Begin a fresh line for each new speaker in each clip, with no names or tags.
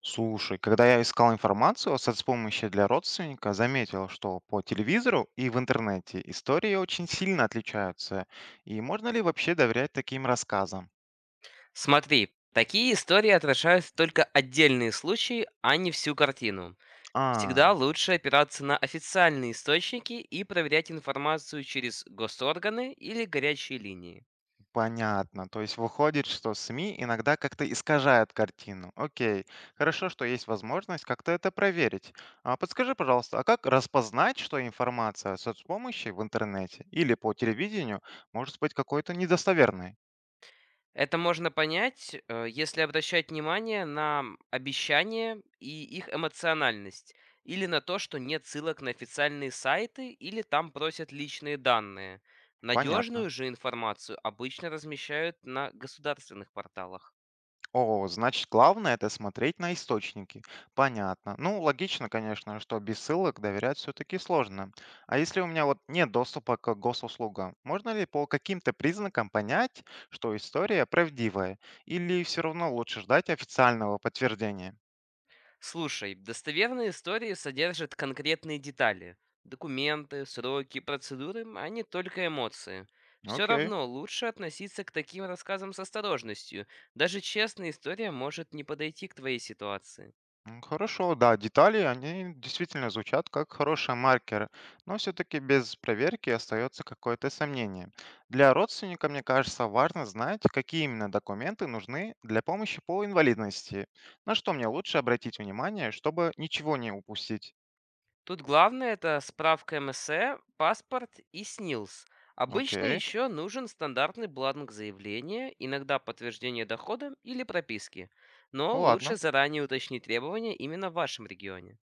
Слушай, когда я искал информацию о соцпомощи для родственника, заметил, что по телевизору и в интернете истории очень сильно отличаются. И можно ли вообще доверять таким рассказам?
Смотри, такие истории отражают только отдельные случаи, а не всю картину.
А,
Всегда лучше опираться на официальные источники и проверять информацию через госорганы или горячие линии.
понятно. То есть выходит, что СМИ иногда как-то искажают картину. Окей, хорошо, что есть возможность как-то это проверить. А подскажи, пожалуйста, а как распознать, что информация о соцпомощи в интернете или по телевидению может быть какой-то недостоверной?
Это можно понять, если обращать внимание на обещания и их эмоциональность, или на то, что нет ссылок на официальные сайты, или там просят личные данные.
Понятно.
Надежную же информацию обычно размещают на государственных порталах.
О, значит, главное это смотреть на источники. Понятно. Ну, логично, конечно, что без ссылок доверять все-таки сложно. А если у меня вот нет доступа к госуслугам, можно ли по каким-то признакам понять, что история правдивая? Или все равно лучше ждать официального подтверждения?
Слушай, достоверные истории содержат конкретные детали. Документы, сроки, процедуры, а не только эмоции. Все
Окей.
равно лучше относиться к таким рассказам с осторожностью. Даже честная история может не подойти к твоей ситуации.
М, хорошо, да, детали, они действительно звучат как хороший маркер, но все-таки без проверки остается какое-то сомнение. Для родственника, мне кажется, важно знать, какие именно документы нужны для помощи по инвалидности. На что мне лучше обратить внимание, чтобы ничего не упустить.
Тут главное это справка МСЭ, паспорт и СНИЛС. Обычно
Окей,
еще нужен стандартный бланк заявления, иногда подтверждение дохода или прописки. Но лучше
ладно.
заранее уточнить требования именно в вашем регионе.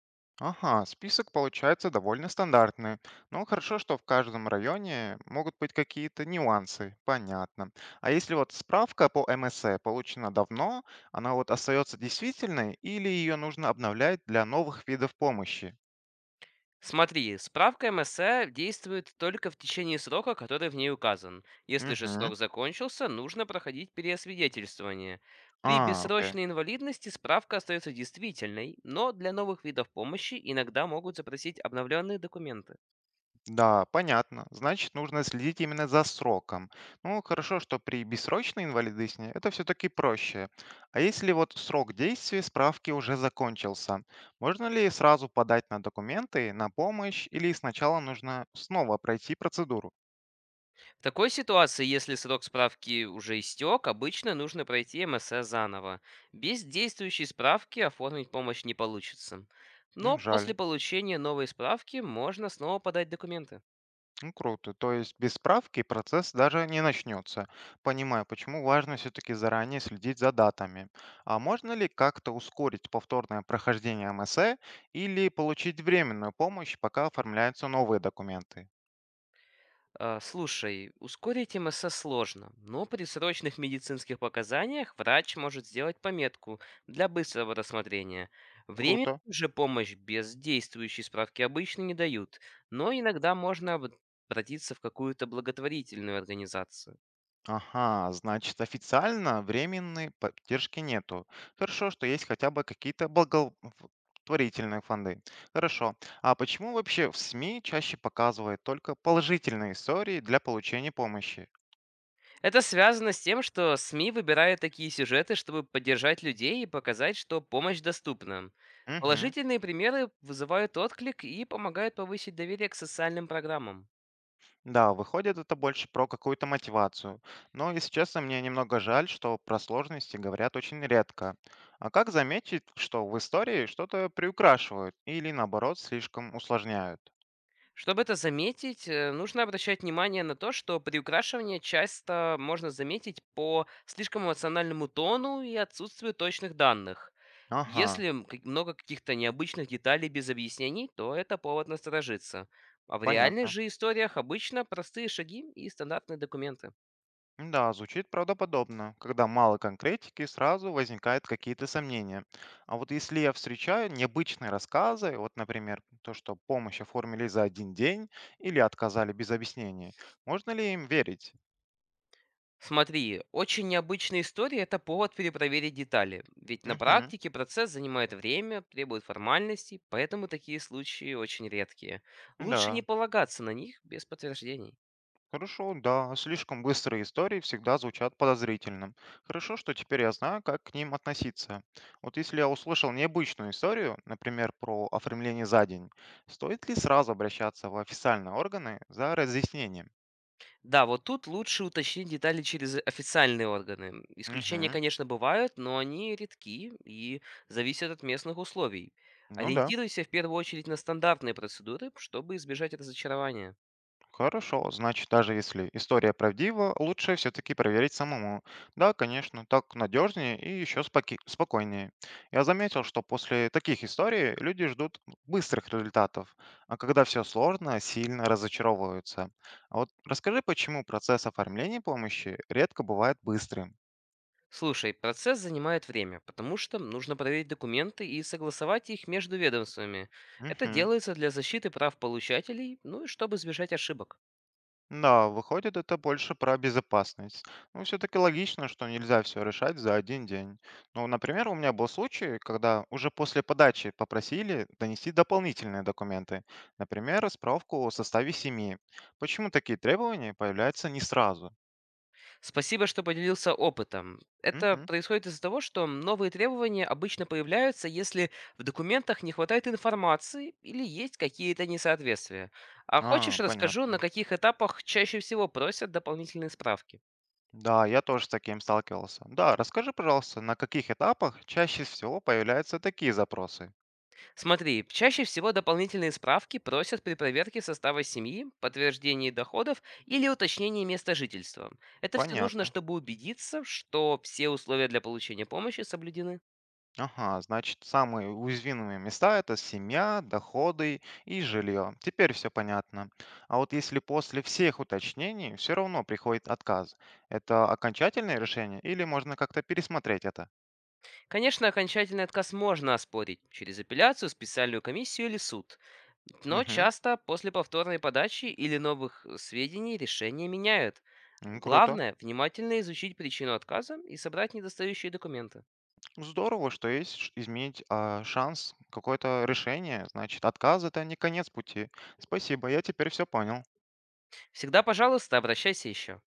Ага, список получается довольно стандартный. Но хорошо, что в каждом районе могут быть какие-то нюансы, понятно. А если вот справка по МСЭ получена давно, она вот остается действительной или ее нужно обновлять для новых видов помощи?
Смотри, справка МСЭ действует только в течение срока, который в ней указан. Если же
Угу.
срок закончился, нужно проходить переосвидетельствование. При
А, окей.
бессрочной инвалидности справка остается действительной, но для новых видов помощи иногда могут запросить обновленные документы.
Да, понятно. Значит, нужно следить именно за сроком. Ну, хорошо, что при бессрочной инвалидности это все-таки проще. А если вот срок действия справки уже закончился, можно ли сразу подать на документы, на помощь, или сначала нужно снова пройти процедуру?
В такой ситуации, если срок справки уже истек, обычно нужно пройти МСЭ заново. Без действующей справки оформить помощь не получится. Но
М, жаль.
после получения новой справки можно снова подать документы.
Ну, круто. То есть без справки процесс даже не начнется. Понимаю, почему важно все-таки заранее следить за датами. А можно ли как-то ускорить повторное прохождение МСЭ или получить временную помощь, пока оформляются новые документы?
Слушай, ускорить МСС сложно, но при срочных медицинских показаниях врач может сделать пометку для быстрого рассмотрения. Временную
Круто.
же помощь без действующей справки обычно не дают, но иногда можно обратиться в какую-то благотворительную организацию.
Ага, значит, официально временной поддержки нету. Хорошо, что есть хотя бы какие-то благотворительные фонды. Хорошо. А почему вообще в СМИ чаще показывают только положительные истории для получения помощи?
Это связано с тем, что СМИ выбирают такие сюжеты, чтобы поддержать людей и показать, что помощь доступна.
Мгм.
Положительные примеры вызывают отклик и помогают повысить доверие к социальным программам.
Да, выходит, это больше про какую-то мотивацию. Но, если честно, мне немного жаль, что про сложности говорят очень редко. А как заметить, что в истории что-то приукрашивают или, наоборот, слишком усложняют?
Чтобы это заметить, нужно обращать внимание на то, что приукрашивание часто можно заметить по слишком эмоциональному тону и отсутствию точных данных.
Ага,
Если много каких-то необычных деталей без объяснений, то это повод насторожиться. А в реальных
понятно.
же историях обычно простые шаги и стандартные документы.
Да, звучит правдоподобно. Когда мало конкретики, сразу возникают какие-то сомнения. А вот если я встречаю необычные рассказы, вот, например, то, что помощь оформили за один день или отказали без объяснений, можно ли им верить?
Смотри, очень необычная история — это повод перепроверить детали, ведь на
Мгм.
практике процесс занимает время, требует формальностей, поэтому такие случаи очень редкие. Лучше не
Да,
полагаться на них без подтверждений.
хорошо, да. Слишком быстрые истории всегда звучат подозрительно. Хорошо, что теперь я знаю, как к ним относиться. Вот если я услышал необычную историю, например, про оформление за день, стоит ли сразу обращаться в официальные органы за разъяснением?
Да, вот тут лучше уточнить детали через официальные органы. Исключения,
Угу.
конечно, бывают, но они редки и зависят от местных условий.
Ну да.
Ориентируйся в первую очередь на стандартные процедуры, чтобы избежать разочарования.
Хорошо, значит, даже если история правдива, лучше все-таки проверить самому. Да, конечно, так надежнее и еще спокойнее. Я заметил, что после таких историй люди ждут быстрых результатов, а когда все сложно, сильно разочаровываются. А вот расскажи, почему процесс оформления помощи редко бывает быстрым?
Слушай, процесс занимает время, потому что нужно проверить документы и согласовать их между ведомствами. Это
Мгм.
делается для защиты прав получателей, ну и чтобы избежать ошибок.
Да, выходит, это больше про безопасность. Ну, все-таки логично, что нельзя все решать за один день. Ну, например, у меня был случай, когда уже после подачи попросили донести дополнительные документы, например, справку о составе семьи. Почему такие требования появляются не сразу?
Спасибо, что поделился опытом. Это
Мгм.
происходит из-за того, что новые требования обычно появляются, если в документах не хватает информации или есть какие-то несоответствия. А
А,
хочешь, расскажу, на
понятно.
каких этапах чаще всего просят дополнительные справки?
Да, я тоже с таким сталкивался. Да, расскажи, пожалуйста, на каких этапах чаще всего появляются такие запросы?
Смотри, чаще всего дополнительные справки просят при проверке состава семьи, подтверждении доходов или уточнении места жительства. Это все нужно,
Понятно.
чтобы убедиться, что все условия для получения помощи соблюдены.
Ага, значит, самые уязвимые места– это семья, доходы и жилье. Теперь все понятно. А вот если после всех уточнений все равно приходит отказ, это окончательное решение или можно как-то пересмотреть это?
Конечно, окончательный отказ можно оспорить через апелляцию, специальную комиссию или суд. Но
Угу,
часто после повторной подачи или новых сведений решение меняют.
ну, круто.
Главное — внимательно изучить причину отказа и собрать недостающие документы.
Здорово, что есть изменить шанс, какое-то решение. Значит, отказ– это не конец пути. Спасибо, я теперь все понял.
Всегда, пожалуйста, обращайся еще.